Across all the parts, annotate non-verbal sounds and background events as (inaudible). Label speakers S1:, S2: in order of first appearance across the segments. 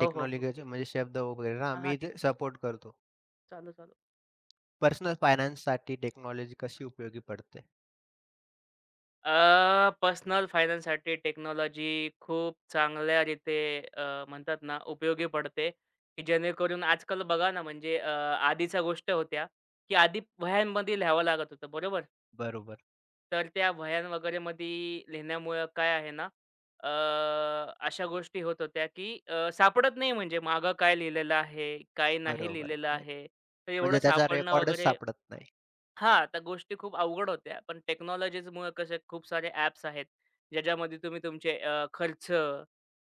S1: हो, हो, हो.
S2: टेक्नॉलॉजीचे
S1: ठीक आहे.
S2: म्हणजे शब्द वगैरे ना
S1: हां, हां.
S2: मी
S1: ठीक
S2: ते
S1: आहे.
S2: सपोर्ट करतो.
S1: चालू, चालू.
S2: पर्सनल फायनान्ससाठी टेक्नॉलॉजी कशी उपयोगी पडते.
S1: पर्सनल फायनान्ससाठी टेक्नॉलॉजी खूप चांगल्या रीते म्हणतात ना, उपयोगी पडते, की जेणेकरून आजकाल बघा ना, म्हणजे आधीच्या गोष्ट होत्या, की आधी वह्यांमध्ये लिहावं लागत होतं, बरोबर?
S2: बरोबर,
S1: तर त्या वह्या वगैरेमध्ये लिहिण्यामुळं काय आहे ना, अ, अशा गोष्टी होत होत्या, की सापडत नाही म्हणजे मागं काय लिहिलेलं आहे, काय नाही
S2: बरोबर.
S1: लिहिलेलं
S2: म्ह
S1: आहे. तर एवढं
S2: म्हणजे त्याचा
S1: सापडणं
S2: रेकॉर्डच
S1: वगैरे
S2: सापडत नाही.
S1: हां, त्या गोष्टी खूप अवघड होत्या. पण टेक्नॉलॉजीजमुळं कसे खूप सारे ॲप्स आहेत, ज्याच्यामध्ये तुम्ही तुमचे खर्च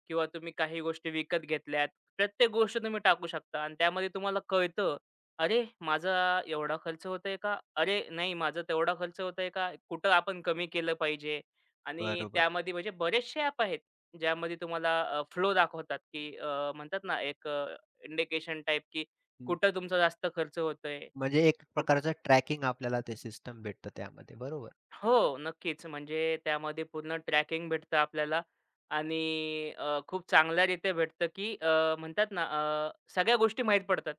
S1: किंवा तुम्ही काही गोष्टी विकत घेतल्यात, प्रत्येक गोष्ट तुम्ही टाकू शकता आणि त्यामध्ये तुम्हाला कळतं, "अरे, माझा एवढा खर्च होतोय का? अरे, नाही माझा तेवढा खर्च होतोय का? कुठं आपण कमी केलं पाहिजे?" आणि
S2: बरोबर.
S1: त्यामध्ये म्हणजे बरेचसे ॲप आहेत, ज्यामध्ये तुम्हाला फ्लो दाखवतात, की म्हणतात ना, एक इंडिकेशन टाइप, की
S2: हं.
S1: कुठं तुमचा जास्त खर्च होतोय?
S2: म्हणजे एक प्रकारचं ट्रॅकिंग आपल्याला ते सिस्टम भेटतं त्यामध्ये. बरोबर.
S1: हो, नक्कीच. म्हणजे त्यामध्ये पूर्ण ट्रॅकिंग भेटतं आपल्याला आणि खूप चांगल्यारीत्या भेटतं, की म्हणतात ना सगळ्या गोष्टी माहीत पडतात.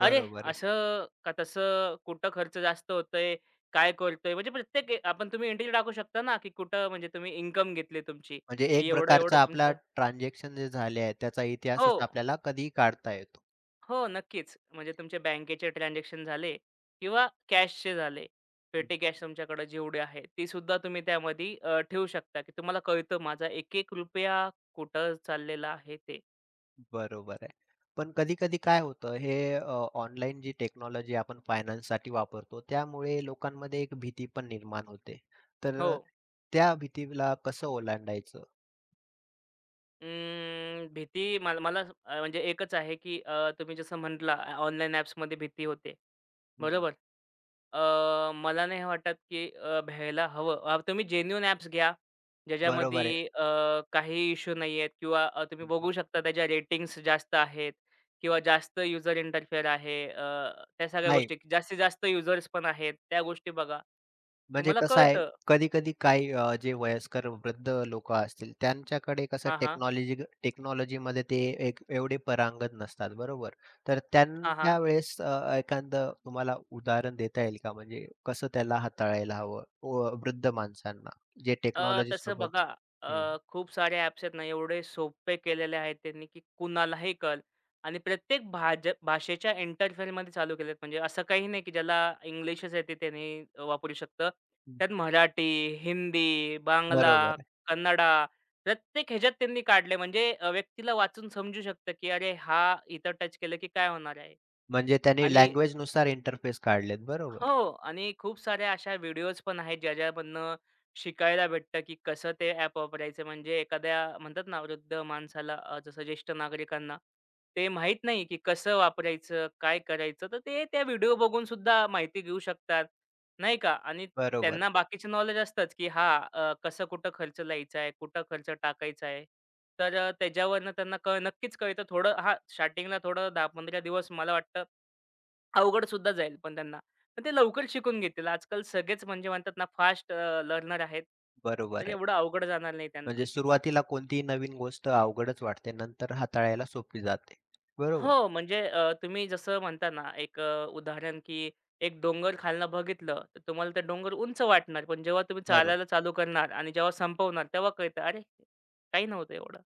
S1: अरे,
S2: बरोबर आहे.
S1: असं का तसं, कुठं खर्च जास्त होतोय, काय करतोय, म्हणजे प्रत्येक ए आपण तुम्ही एंट्री टाकू शकता ना, की कुठं म्हणजे तुम्ही इन्कम घेतली तुमची,
S2: म्हणजे
S1: की
S2: एक
S1: एवढं-एवढं
S2: प्रकारचा आपला
S1: तुमचं
S2: ट्रान्झॅक्शन जे झाले आहेत त्याचा
S1: हो.
S2: इतिहासच आपल्याला कधीही काढता येतो.
S1: हो, नक्कीच. म्हणजे तुमचे बँकेचे ट्रान्झॅक्शन झाले किंवा कॅशचे झाले. पेटी कॅश तुमच्याकडे जेवढी आहे, तीसुद्धा तुम्ही त्यामध्ये ठेवू शकता, की तुम्हाला कळतं माझा एक-एक रुपया कुठं चाललेला आहे ते.
S2: बरोबर आहे. पण कधी-कधी काय होतं हे ऑनलाईन जी टेक्नॉलॉजी आपण फायनान्ससाठी वापरतो, त्यामुळे लोकांमध्ये एक भीती पण निर्माण होते.
S1: हो.
S2: तर त्या भीतीला कसं ओलांडायचं?
S1: अं, भीती मला मला म्हणजे एकच आहे, की तुम्ही जसं म्हटला ऑनलाईन ॲप्समध्ये भीती होते.
S2: हं.
S1: बरोबर? मला नाही वाटत, की भ्यायला हवं. तुम्ही जेन्युइन ॲप्स घ्या,
S2: बरोबर आहे.
S1: ज्याच्यामध्ये काही इश्यू नाही आहेत किंवा तुम्ही
S2: हं, हं.
S1: बघू शकता त्याच्या रेटिंग्स जास्त आहेत किंवा जास्त यूजर इंटरफेअर आहे. त्या सगळ्या
S2: नाही,
S1: गोष्टी जास्तीत जास्त युजर्स पण आहेत, त्या गोष्टी बघा.
S2: म्हणजे
S1: तुम्हाला
S2: कसं आहे,
S1: कळतं
S2: कधी-कधी काही जे वयस्कर वृद्ध लोकं असतील, त्यांच्याकडे कसं
S1: हां, हां.
S2: टेक्नॉलॉजीमध्ये ते एक एवढे परांगत नसतात, बरोबर? तर
S1: हां, हां.
S2: त्यांच्या वेळेस एखादं तुम्हाला उदाहरण देता येईल का? म्हणजे कसं त्याला हाताळायला हवं व वृद्ध माणसांना, जे
S1: तसं
S2: टेक्नॉलॉजीसोबत.
S1: बघा
S2: हं,
S1: खूप सारे ॲप्स आहेत ना, एवढे सोपे केलेले आहेत त्यांनी, की कुणालाही कळेल आणि प्रत्येक भाषेच्या इंटरफेअरमध्ये चालू केलेत. म्हणजे असं काही नाही, की ज्याला इंग्लिशच येते त्याने वापरू शकतं. त्यात मराठी, हिंदी, बांगला,
S2: बरोबर आहे.
S1: कन्नडा प्रत्येक ह्याच्यात त्यांनी काढले. म्हणजे व्यक्तीला वाचून समजू शकतं, की अरे, हा इथं टच केलं की काय होणार आहे?
S2: म्हणजे त्यांनी
S1: आणि
S2: लँग्वेजनुसार इंटरफेस काढलेत, बरोबर?
S1: हो आणि खूप साऱ्या अशा व्हिडिओज पण आहेत ज्याच्यामधनं शिकायला भेटतं, की कसं ते ॲप वापरायचं. म्हणजे एखाद्या म्हणतात ना, वृद्ध माणसाला जसं ज्येष्ठ नागरिकांना ते माहीत नाही, की कसं वापरायचं, काय करायचं? तर ते त्या व्हिडिओ बघून सुद्धा माहिती घेऊ शकतात, नाही का? आणि
S2: बरोबर,
S1: त्यांना बाकीचं नॉलेज असतंच, की हां, कसं कुठं खर्च लायचा आहे, कुठं खर्च टाकायचा आहे. तर त्याच्यावरनं त्यांना नक्कीच कळतं. थोडं हां, स्टार्टिंगला थोडं 10-15 दिवस मला वाटतं अवघड सुद्धा जाईल पण त्यांना. पण ते लवकर शिकून घेतील. आजकाल सगळेच म्हणजे म्हणतात ना फास्ट लर्नर आहेत.
S2: बरोबर
S1: तर
S2: आहे.
S1: एवढं अवघड जाणार नाही त्यांना.
S2: म्हणजे सुरुवातीला कोणतीही नवीन गोष्ट अवघडच वाटते, नंतर हाताळायला सोपी जाते, बरोबर?
S1: हो, म्हणजे तुम्ही जसं म्हणता ना एक उदाहरण की एक डोंगर खालनं बघितलं, तर तुम्हाला ते डोंगर उंच वाटणार. पण जेव्हा तुम्ही
S2: बरोबर.
S1: चालायला चालू करणार आणि जेव्हा संपवणार, तेव्हा कळतं, "अरे, काही नव्हतं एवढं."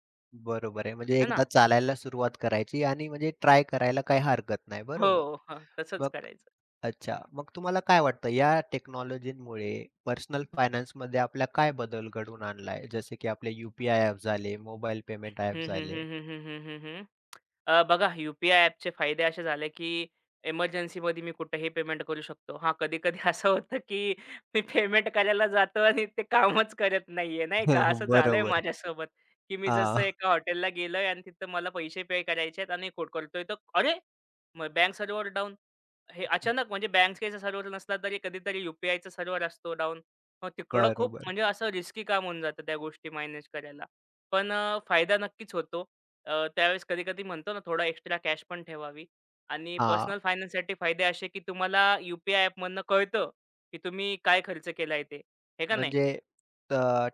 S2: बरोबर आहे. म्हणजे
S1: है
S2: एकदा
S1: ना?
S2: चालायला सुरुवात करायची आणि म्हणजे ट्राय करायला काही हरकत नाही.
S1: हो,
S2: बरोबर.
S1: हां, तसंच
S2: मग
S1: करायचं.
S2: अच्छा. मग तुम्हाला काय वाटतं या टेक्नॉलॉजीमुळे पर्सनल फायनान्समध्ये आपल्या काय बदल घडवून आणलाय? जसे की आपले यू-पी-आय झाले, मोबाईल पेमेंट ॲप
S1: हं, हं,
S2: झाले.
S1: हं, हं, हं, हं, हं, हं. बघा यू पी फायदे असे झाले, की एमर्जन्सीमध्ये मी कुठेही पेमेंट करू शकतो. हां, कधी-कधी (laughs) असं होतं, की मी पेमेंट करायला जातो आणि ते कामच करत नाहीये, नाही का. असं
S2: (laughs)
S1: झालंय
S2: बरोबर.
S1: माझ्यासोबत, की मी जसं
S2: हां.
S1: एका हॉटेलला गेलोय आणि तिथं मला पैसे पे करायचे आहेत आणि कोड करतोय तर अरे! Bank server down. हे अचानक म्हणजे बँकेचा सर्व्हर नसला तरी कधीतरी यू-पी-आयचा सर्व्हर असतो डाउन. मग तिकडं खूप
S2: बरोबर.
S1: म्हणजे असं रिस्की काम होऊन जातं त्या गोष्टी मॅनेज करायला. पण फायदा नक्कीच होतो. त्यावेळेस कधी-कधी म्हणतो ना थोडा एक्स्ट्रा कॅश पण ठेवावी आणि
S2: हां.
S1: पर्सनल फायनान्ससाठी फायदे असे की तुम्हाला यू ॲपमधनं कळतं की तुम्ही काय खर्च केलाय ते. हे का नाही?
S2: म्हणजे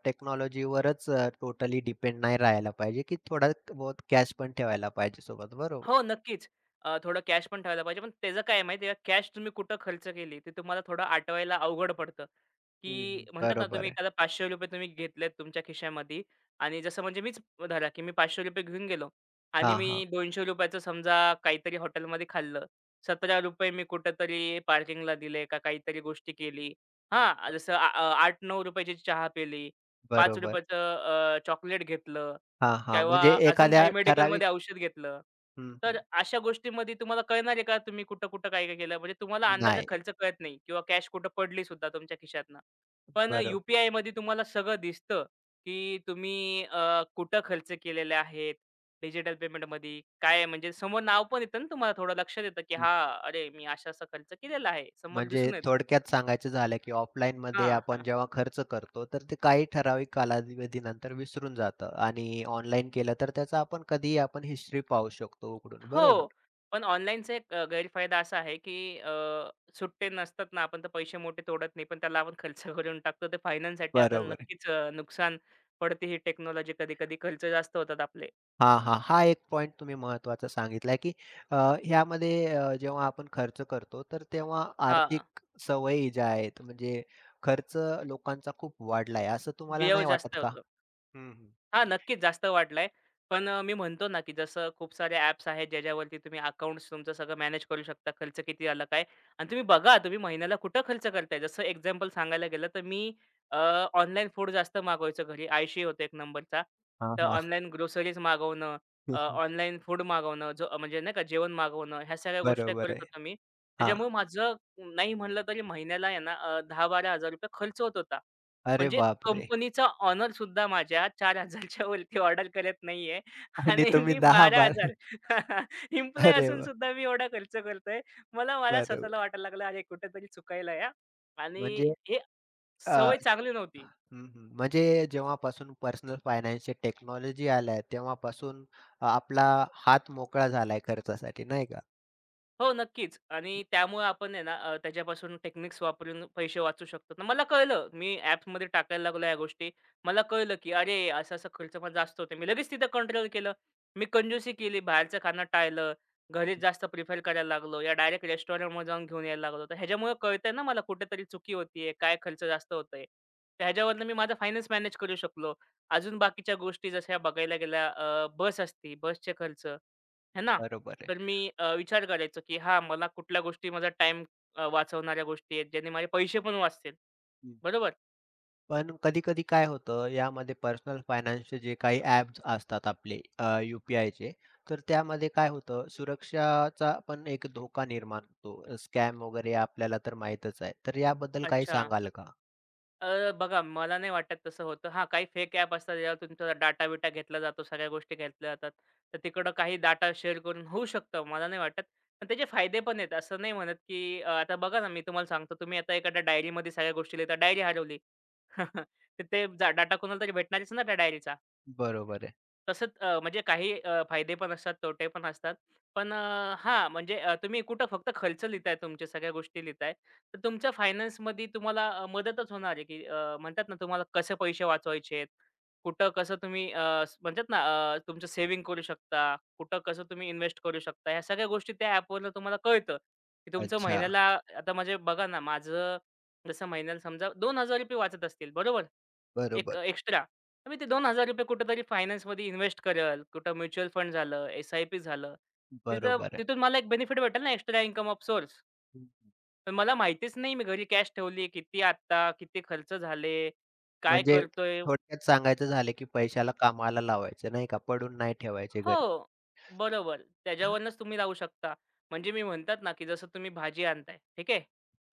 S2: टेक्नॉलॉजीवरच टोटली डिपेंड नाही राहायला पाहिजे, की थोडा बहुत कॅश पण ठेवायला पाहिजे सोबत. बरोबर.
S1: हो, नक्कीच. थोडं कॅश पण ठेवायला पाहिजे. पण त्याचं काय आहे माहिती आहे का, कॅश तुम्ही कुठं खर्च केली ते तुम्हाला थोडं आठवायला अवघड पडतं. की
S2: हं,
S1: म्हणतात ना,
S2: बरोबर
S1: तुम्ही
S2: आहे.
S1: एखादा ₹500 तुम्ही घेतलेत तुमच्या खिशामध्ये आणि जसं म्हणजे मीच धरा, की मी ₹500 घेऊन गेलो आणि
S2: हां,
S1: मी
S2: हां.
S1: ₹200 समजा काहीतरी हॉटेलमध्ये खाल्लं. ₹17 मी कुठेतरी पार्किंगला दिले का काहीतरी गोष्टी केली. हां, जसं ₹8-9 ची चहा पिली, ₹5
S2: बरोबर.
S1: चॉकलेट घेतलं
S2: हां, हां.
S1: किंवा
S2: म्हणजे
S1: अजून
S2: एखाद्या
S1: काही
S2: ठराविक.
S1: मेडिकलमध्ये औषध घेतलं.
S2: हं,
S1: तर
S2: हं.
S1: अशा गोष्टींमध्ये तुम्हाला कळणार आहे का तुम्ही कुठं-कुठं काय-काय केलं? म्हणजे तुम्हाला अंदाजे
S2: नाही.
S1: खर्च कळत नाही किंवा कॅश कुठं पडली सुद्धा तुमच्या खिशातनं. पण यू
S2: बरोबर.
S1: पी तुम्हाला सगळं दिसतं, की तुम्ही कुठं खर्च केलेले आहेत, डिजिटल पेमेंटमध्ये काय म्हणजे समोर नाव पण येतं ना तुम्हाला थोडं लक्षात येतं, की
S2: हं.
S1: हां, अरे मी असा-असा खर्च केलेला आहे. समोर
S2: म्हणजे
S1: दिसून येतं.
S2: थोडक्यात सांगायचं झालं, की ऑफलाईनमध्ये
S1: हां.
S2: आपण जेव्हा खर्च करतो, तर ते काही ठराविक कालावधीनंतर विसरून जातं आणि ऑनलाईन केलं तर त्याचा आपण कधीही हिस्ट्री पाहू शकतो उघडून. बरोबर.
S1: हो. पण ऑनलाईनचा एक गैरफायदा असा आहे, की सुट्टे नसतात ना, आपण तर पैसे मोठे तोडत नाही, पण त्याला आपण खर्च करून टाकतो. ते फायनान्ससाठी आपल्याला
S2: बरोबर आहे.
S1: नक्कीच नुकसान पडते ही टेक्नॉलॉजी. कधी-कधी खर्च जास्त होतात आपले.
S2: हां, हां. हा एक पॉइंट तुम्ही महत्त्वाचा सांगितला, की अ, ह्यामध्ये जेव्हा आपण खर्च करतो, तर तेव्हा
S1: हां,
S2: आर्थिक सवयी ज्या आहेत, म्हणजे खर्च लोकांचा खूप वाढला असं तुम्हाला
S1: व्यय
S2: नाही
S1: जास्त
S2: वाटत का?
S1: होतो.
S2: हं,
S1: हां, नक्कीच जास्त वाढलाय. पण मी म्हणतो ना, की जसं खूप सारे ॲप्स आहेत, ज्याच्यावरती तुम्ही अकाउंट्स तुमचं सगळं मॅनेज करू शकता. खर्च किती आला काय? आणि तुम्ही बघा, तुम्ही महिन्याला कुठं खर्च करताय? जसं एक्झाम्पल सांगायला गेलं, तर मी ऑनलाईन फूड जास्त मागवायचो घरी. आळशी होतो एक नंबरचा.
S2: हां,
S1: तर
S2: हां.
S1: ऑनलाईन ग्रोसरीज मागवणं, ऑनलाईन फूड मागवणं, जो म्हणजे नाही का जेवण मागवणं, ह्या सगळ्या गोष्टी
S2: बरोबर
S1: करत
S2: आहे.
S1: होतो मी.
S2: हां.
S1: त्याच्यामुळे माझं नाही म्हणलं तरी महिन्याला आहे ना ₹10,000-12,000 खर्च होत होता.
S2: अरे
S1: म्हणजे
S2: बापरे!
S1: कंपनीचा ओनर सुद्धा माझ्या 4,000च्या वरती ऑर्डर करत नाहीये (laughs)
S2: आणि
S1: आणि
S2: तुम्ही
S1: मी
S2: 10-12
S1: 12,000
S2: (laughs)
S1: एम्प्लॉयी (laughs)
S2: अरे
S1: असून
S2: वाह!
S1: सुद्धा मी एवढा खर्च करतोय. मला मला
S2: बरोबर.
S1: स्वतःला वाटायला लागलं, "अरे कुठेतरी चुकायला आहे हां." आणि
S2: म्हणजे
S1: हे
S2: अ,
S1: सवय
S2: हं,
S1: चांगली नव्हती.
S2: हं. म्हणजे जेव्हापासून पर्सनल फायनान्सची टेक्नॉलॉजी आल्या तेव्हापासून आपला हात मोकळा झालाय खर्चासाठी, नाही का?
S1: हो, नक्कीच आणि त्यामुळे आपण आहे ना त्याच्यापासून टेक्निक्स वापरून पैसे वाचू शकतो. तर मला कळलं, मी ॲप्समध्ये टाकायला लागलो या गोष्टी. मला कळलं, की अरे, असा-असा खर्च पण जास्त होते मी लगेच तिथं कंट्रोल केलं. मी कंजूसी केली, बाहेरचं खाणं टाळलं, घरीच जास्त प्रिफर करायला लागलो या डायरेक्ट रेस्टॉरंटमध्ये जाऊन घेऊन यायला लागलो. तर ह्याच्यामुळे कळतंय ना मला कुठेतरी चुकी होतीये, काय खर्च जास्त होतोय. तर ह्याच्यावरनं मी माझा फायनान्स मॅनेज करू शकलो. अजून बाकीच्या गोष्टी जशा बघायला गेल्या बस असती, बसचे खर्च, है ना?
S2: बरोबर आहे.
S1: तर मी विचार करायचो, की हां, मला कुठल्या गोष्टी माझा टाईम वाचवणाऱ्या गोष्टी आहेत, ज्याने माझे पैसे पण वाचतील. बरोबर?
S2: पण कधी-कधी काय होतं, यामध्ये पर्सनल फायनान्सचे जे काही ॲप्स असतात आपले यू-पी-आयचे, तर त्यामध्ये काय होतं, सुरक्षाचा पण एक धोका निर्माण होतो. स्कॅम वगैरे आपल्याला तर माहीतच आहे. तर याबद्दल काही
S1: अच्छा.
S2: सांगाल का?
S1: बघा मला नाही वाटत तसं होतं. हां, काही फेक ॲप असतात, ज्यावर तुमचा डाटा-बिटा घेतला जातो, सगळ्या गोष्टी घेतल्या जातात. तर तिकडं काही डाटा शेअर करून होऊ शकतं, मला नाही वाटत. पण त्याचे फायदे पण आहेत. असं नाही म्हणत, की आता बघा ना, मी तुम्हाला सांगतो, तुम्ही आता एखाद्या डायरीमध्ये सगळ्या गोष्टी लिहिता, डायरी हरवली. (laughs) तर ते डाटा कोणाला तरी भेटणारच ना त्या डायरीचा.
S2: बरोबर आहे.
S1: तसंच म्हणजे काही फायदे पण असतात, तोटे पण असतात. पण हां, म्हणजे तुम्ही कुठं फक्त खर्च लिहिताय तुमच्या सगळ्या गोष्टी लिहिताय. तर तुमच्या फायनान्समध्ये तुम्हाला मदतच होणार आहे, की म्हणतात ना तुम्हाला कसे पैसे वाचवायचेत, कुठं कसं तुम्ही म्हणतात ना तुमचं सेव्हिंग करू शकता, कुठं कसं तुम्ही इन्व्हेस्ट करू शकता. ह्या सगळ्या गोष्टी त्या ॲपवरनं तुम्हाला कळतं, की तुमचं
S2: अच्छा.
S1: महिन्याला आता म्हणजे बघा ना, माझं जसं महिन्याला समजा ₹2000 वाचत असतील, बरोबर? एक
S2: बरोबर.
S1: एक्स्ट्रा. तर मी ते ₹2000 कुठेतरी फायनान्समध्ये इन्व्हेस्ट करेल. कुठं म्युच्युअल फंड झालं, एस-आय-पी झालं. तिथं
S2: बरोबर आहे.
S1: तिथून मला एक बेनिफिट भेटेल ना एक्स्ट्रा इन्कम ऑफ सोर्स.
S2: हम्म.
S1: पण मला माहितीच नाही मी घरी कॅश ठेवली किती आत्ता, किती खर्च झाले, काय
S2: म्हणजे
S1: करतोय
S2: थोडक्यात सांगायचं झालं, की पैशाला कामाला लावायचं, नाही का, पडून नाही ठेवायचे घरी.
S1: हो. बरोबर. त्याच्यावरूनच तुम्ही राहू शकता. म्हणजे मी म्हणतात ना, की जसं तुम्ही भाजी आणताय, ठीक आहे.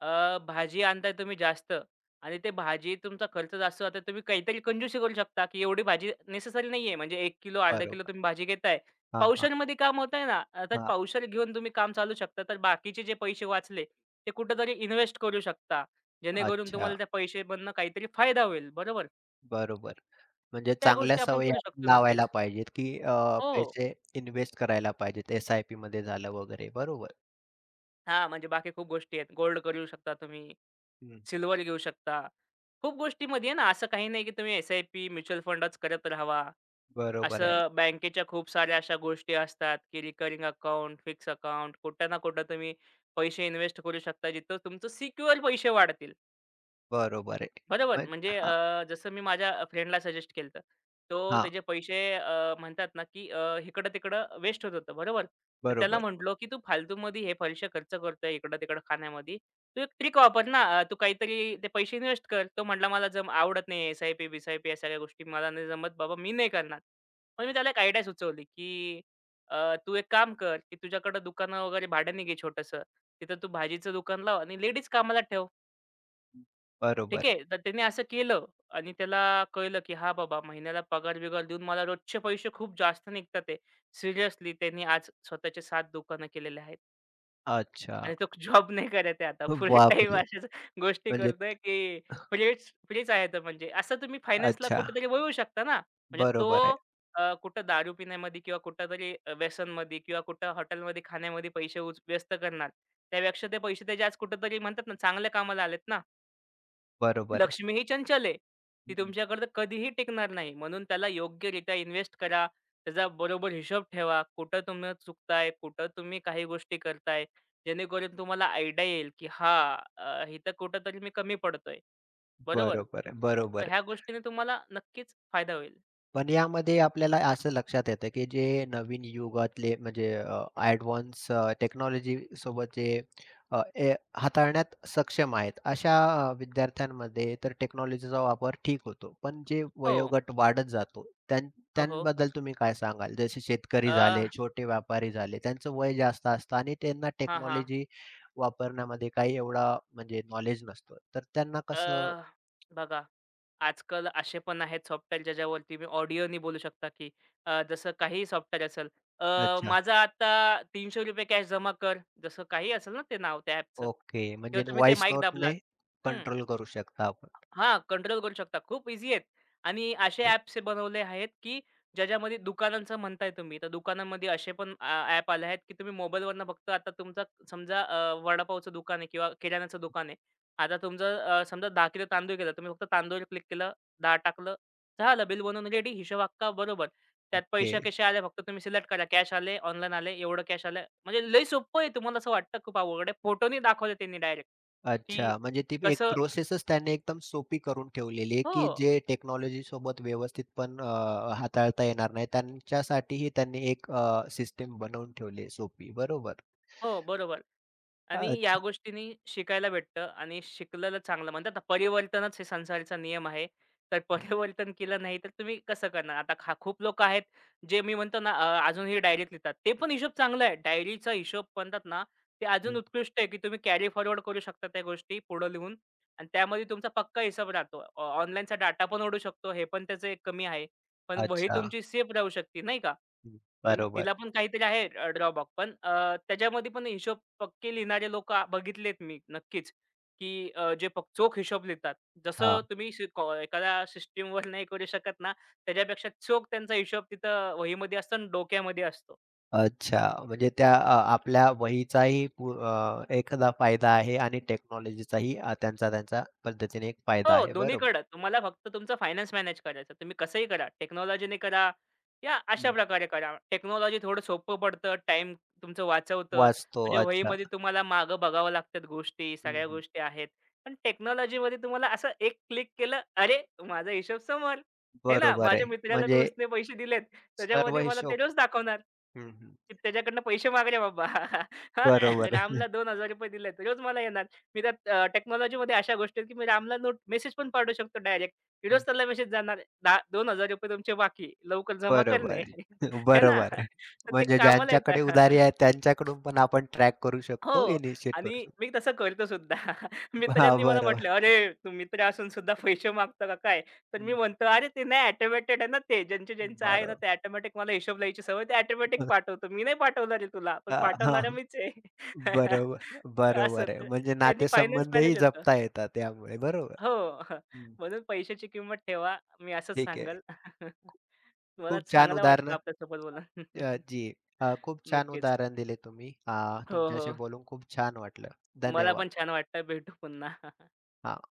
S1: भाजी आणताय तुम्ही जास्त आणि ते भाजी तुमचा खर्च जास्त होता. तुम्ही काहीतरी कंजूसी करू शकता, की एवढी भाजी नेसेसरी नाहीये. म्हणजे 1 किलो, अर्धा किलो
S2: बरोबर.
S1: तुम्ही भाजी घेताय.
S2: हां, हां,
S1: पावशेरमध्ये काम होतंय ना, अं, तर
S2: हां.
S1: पावशेर घेऊन तुम्ही काम चालू शकता. तर बाकीचे जे पैसे वाचले, ते कुठेतरी इन्व्हेस्ट करू शकता. जेणेकरून
S2: अच्छा.
S1: तुम्हाला त्या पैशामधनं काहीतरी फायदा होईल. बरोबर.
S2: बरोबर.
S1: तर
S2: म्हणजे
S1: त्या
S2: चांगल्या
S1: गोष्टी आपण
S2: सवयी
S1: करू
S2: आपण
S1: शकतो
S2: लावायला
S1: नक्कीच.
S2: पाहिजेत, की
S1: हो.
S2: पैसे इन्व्हेस्ट करायला पाहिजेत. एस-आय-पीमध्ये झालं वगैरे. बरोबर.
S1: हां, म्हणजे बाकी खूप गोष्टी आहेत. गोल्ड करू शकता तुम्ही,
S2: हं.
S1: सिल्वर घेऊ शकता. खूप गोष्टीमध्ये आहे ना, असं काही नाही की तुम्ही एस-आय-पी, म्युच्युअल फंडच करत राहावा.
S2: बरोबर आहे.
S1: असं बँकेच्या खूप साऱ्या अशा गोष्टी असतात की रिकरिंग अकाउंट, फिक्स अकाउंट कुठं ना कुठं तुम्ही पैसे इन्व्हेस्ट करू शकता, जिथं तुमचं सिक्युअर पैसे वाढतील.
S2: बरोबर आहे.
S1: बरोबर.
S2: मग
S1: म्हणजे
S2: हां,
S1: जसं मी माझ्या फ्रेंडला सजेस्ट केलं होतं. तो
S2: हां.
S1: त्याचे पैसे म्हणतात ना, की इकडं-तिकडं वेस्ट होत होतं, बरोबर. तर त्याला
S2: बरोबर,
S1: म्हटलो, "की तू फालतूमध्ये हे पैसे खर्च करतोय इकडं-तिकडं खाण्यामध्ये. तू एक ट्रिक वापर ना, तू काहीतरी ते पैसे इन्व्हेस्ट कर." तो म्हटला, "मला जम आवडत नाही एस-आय-पी-बिसायपी या सगळ्या गोष्टी मला नाही जमत बाबा, मी नाही करणार." मग मी त्याला एक आयडिया सुचवली, की अ, "तू एक काम कर, की तुझ्याकडं दुकानं वगैरे भाड्याने घे छोटंसं. तिथं तू भाजीचं दुकान लाव आणि लेडीज कामाला ठेव."
S2: बरोबर
S1: ठीक
S2: आहे.
S1: आहे. तर त्याने असं केलं आणि त्याला कळलं, की हा बाबा महिन्याला पगार-बिगार देऊन मला रोजचे पैसे खूप जास्त निघतात आहे. सिरियसली त्यांनी आज स्वतःचे 7 दुकानं केलेले आहेत
S2: अच्छा.
S1: आणि तो (laughs) जॉब नाही करत आहे आता. फुल टाईम
S2: बापरे!
S1: अशाच गोष्टी
S2: म्हणजे
S1: करतोय, की फ्रीच फ्रीच आहे तो म्हणजे. असं तुम्ही फायनान्सला
S2: अच्छा.
S1: कुठेतरी वळू शकता ना. म्हणजे तो
S2: बरोबर आहे,
S1: कुठं दारू पिण्यामध्ये किंवा कुठेतरी व्यसनमध्ये किंवा कुठं हॉटेलमध्ये खाण्यामध्ये पैसे व्यस्त करणार. त्यापेक्षा ते पैसे त्याचे आज कुठेतरी म्हणतात ना, चांगल्या कामाला आलेत ना.
S2: बरोबर आहे.
S1: लक्ष्मी ही चंचल आहे. ती
S2: हम्म.
S1: तुमच्याकडे कधीही टिकणार नाही. म्हणून त्याला योग्यरित्या इन्व्हेस्ट करा. त्याचा बरोबर हिशोब ठेवा. कुठं तुम्ही चुकताय, कुठं तुम्ही काही गोष्टी करताय. जेणेकरून तुम्हाला आयडिया येईल, की हां, इथं कुठेतरी मी कमी पडतोय. बरोबर?
S2: बरोबर आहे,
S1: तर
S2: बरोबर
S1: ह्या
S2: आहे.
S1: गोष्टीने तुम्हाला नक्कीच फायदा होईल.
S2: पण यामध्ये आपल्याला असं लक्षात येतं, की जे नवीन युगातले, म्हणजे ॲडव्हान्स टेक्नॉलॉजी सोबत जे अ, ए हाताळण्यात सक्षम आहेत, अशा विद्यार्थ्यांमध्ये तर टेक्नॉलॉजीचा वापर ठीक होतो. पण जे
S1: हो.
S2: वयोगट वाढत जातो, त्यां
S1: हो, हो.
S2: त्यांबद्दल तुम्ही काय सांगाल? जसे शेतकरी
S1: अ,
S2: झाले, छोटे व्यापारी झाले, त्यांचं वय जास्त असतं आणि त्यांना
S1: हां, हां.
S2: टेक्नॉलॉजी वापरण्यामध्ये काही एवढा म्हणजे नॉलेज नसतो. तर त्यांना कसं.
S1: अ, बघा, आजकाल असे पण आहेत सॉफ्टवेअर ज्याच्यावरती मी ऑडिओनी बोलू शकता, की जसं काहीही सॉफ्टवेअर असेल. माझा आता ₹300 कॅश जमा कर, जसं काही असेल ना ते नाव त्या ॲपचं
S2: ओके.
S1: किंवा
S2: म्हणजे
S1: तुम्ही ते
S2: व्हॉईस
S1: माईक दाबलात.
S2: नोटने
S1: हं.
S2: कंट्रोल करू शकता आपण.
S1: हां, कंट्रोल करू शकता. खूप ईझी आहेत आणि असे
S2: ओके.
S1: ॲप्स हे बनवले आहेत, की ज्याच्यामध्ये दुकानांचं म्हणताय तुम्ही, तर दुकानांमध्ये असे पण ॲप आले आहेत, की तुम्ही मोबाईलवरनं फक्त आता तुमचा समजा वडापावचं दुकान आहे किंवा किराण्याचं दुकान आहे. आता तुमचं समजा 10 किलो तांदूळ गेला. तुम्ही फक्त तांदूळवर क्लिक केलं, 10 टाकलं, झालं बिल बनवून रेडी. हिशोब अख्खा बरोबर. त्यात
S2: ओके.
S1: पैसे कसे आले फक्त तुम्ही सिलेक्ट करा. कॅश आले, ऑनलाईन आले, एवढं कॅश आलं. म्हणजे लय सोपं आहे. तुम्हाला असं वाटतं खूप अवघड आहे. फोटोनी दाखवले त्यांनी डायरेक्ट, की
S2: अच्छा. म्हणजे ती एक
S1: कसं
S2: प्रोसेसच त्याने एकदम सोपी करून ठेवलेली आहे,
S1: हो.
S2: की जे टेक्नॉलॉजीसोबत व्यवस्थित पण हाताळता येणार नाही. त्यांच्यासाठीही त्यांनी एक सिस्टम बनवून ठेवली आहे सोपी. बरोबर.
S1: हो, बरोबर. आणि या
S2: अच्छा.
S1: गोष्टींनी शिकायला भेटतं आणि शिकलेलं चांगलं म्हणतात ना, परिवर्तनच हे संसाराचा नियम आहे. तर
S2: हं,
S1: (laughs) परिवर्तन केलं नाही तर तुम्ही कसं करणार? आता खूप लोकं आहेत जे मी म्हणतो ना अजूनही डायरीत लिहितात. ते पण हिशोब चांगला आहे. डायरीचा हिशोब म्हणतात ना, ते अजून
S2: हं.
S1: उत्कृष्ट आहे, की तुम्ही कॅरी फॉरवर्ड करू शकता त्या गोष्टी पुढं लिहून आणि त्यामध्ये तुमचा पक्का हिसाब राहतो. ऑनलाईनचा डाटा पण ओढू शकतो. हे पण त्याचं एक कमी आहे. पण वही
S2: अच्छा.
S1: तुमची सेफ राहू शकते नाही का?
S2: हं.
S1: पण
S2: बरोबर.
S1: तिला पण काहीतरी आहे ड्रॉबॅक पण त्याच्यामध्ये पण हिशोब पक्के लिहिणारे लोक बघितलेत मी नक्कीच, की जे चोख हिशोब लिहितात. जसं
S2: हां.
S1: तुम्ही शि कॉ एखाद्या सिस्टमवर नाही करू शकत ना, त्याच्यापेक्षा चोख त्यांचा हिशोब तिथं वहीमध्ये असतो आणि डोक्यामध्ये असतो.
S2: अच्छा. म्हणजे त्या आपल्या वहीचाही एखादा फायदा आहे आणि टेक्नॉलॉजीचाही त्यांचा त्यांचा पद्धतीने एक फायदा
S1: हो,
S2: आहे. बरोबर.
S1: दोन्हीकडं. तुम्हाला फक्त तुमचं फायनान्स मॅनेज करायचं. तुम्ही कसंही करा. टेक्नॉलॉजीने करा या अशा प्रकारे करा. टेक्नॉलॉजी थोडं सोपं पडतं. टाईम तुमचं वाचवतं.
S2: वाचतो.
S1: म्हणजे
S2: अच्छा.
S1: वहीमध्ये तुम्हाला मागं बघावं लागतात गोष्टी,
S2: हं,
S1: सगळ्या
S2: हं.
S1: गोष्टी आहेत. पण टेक्नॉलॉजीमध्ये तुम्हाला असं एक क्लिक केलं, "अरे, माझा हिशोब समोर." हे ना,
S2: बरोबर आहे.
S1: माझ्या मित्राला मी
S2: म्हणजे
S1: उसने पैसे दिलेत.
S2: सर्व
S1: त्याच्यामध्ये मला ते
S2: हिशोब.
S1: रोज दाखवणार,
S2: हं, हं.
S1: की त्याच्याकडनं पैसे मागले बाबा. (laughs) हां,
S2: बरोबर. हं.
S1: रामला ₹2000 दिलेत. रोज मला येणार. मी त्यात टेक्नॉलॉजीमध्ये अशा गोष्टी आहेत, की मी रामला नोट मेसेज पण पाठवू शकतो डायरेक्ट. रोज
S2: (laughs)
S1: त्याला मेसेज जाणार 10 ₹2000 तुमचे बाकी. लवकर जमा
S2: बरोबर
S1: करणे.
S2: आहे.
S1: (laughs)
S2: (laughs)
S1: हे ना?
S2: बरोबर आहे.
S1: तर ते
S2: म्हणजे
S1: कामाला येतं.
S2: ज्यांच्याकडे उधारी
S1: (laughs)
S2: आहे त्यांच्याकडून पण आपण ट्रॅक करू शकतो,
S1: हो.
S2: इनिशिएट
S1: आणि
S2: करू शकतो.
S1: मी तसं करतो सुद्धा. (laughs)
S2: हां,
S1: मित्रांनी मला
S2: बरोबर.
S1: म्हटलं, "अरे, तू मित्र असून सुद्धा पैसे मागतो का काय?" तर मी
S2: हं.
S1: म्हणतो, "अरे, ते नाही ऑटोमॅटेड आहे ना ते. ज्यांचे ज्यांचं आहे ना
S2: बरोबर.
S1: ते ऑटोमॅटिक मला हिशोब लिहायची सवय ते ऑटोमॅटिक
S2: (laughs)
S1: पाठवतो. मी नाही पाठवणार आहे तुला, पण
S2: हां, हां.
S1: पाठवणारा मीच आहे."
S2: बरोबर,
S1: (laughs) असं.
S2: बरोबर आहे. म्हणजे
S1: त्यांनी फायनान्स
S2: नातेसंबंधही
S1: मॅनेज होतं.
S2: जपता येतात यामुळे. बरोबर.
S1: हो. (laughs)
S2: हं.
S1: म्हणून पैशाची किंमत ठेवा. मी असंच
S2: ठीक आहे.
S1: सांगेल. (laughs) मला
S2: खूप छान
S1: चांगलं वाटलं
S2: उदाहरणं
S1: आपल्यासोबत बोलून.
S2: अ,
S1: (laughs)
S2: जी खूप छान
S1: नक्कीच.
S2: उदाहरण दिले तुम्ही.
S1: हो, हो.
S2: तुमच्याशी बोलून खूप छान वाटलं.
S1: मला
S2: धन्यवाद.
S1: पण छान वाटलं. भेटू पुन्हा. (laughs)
S2: हां.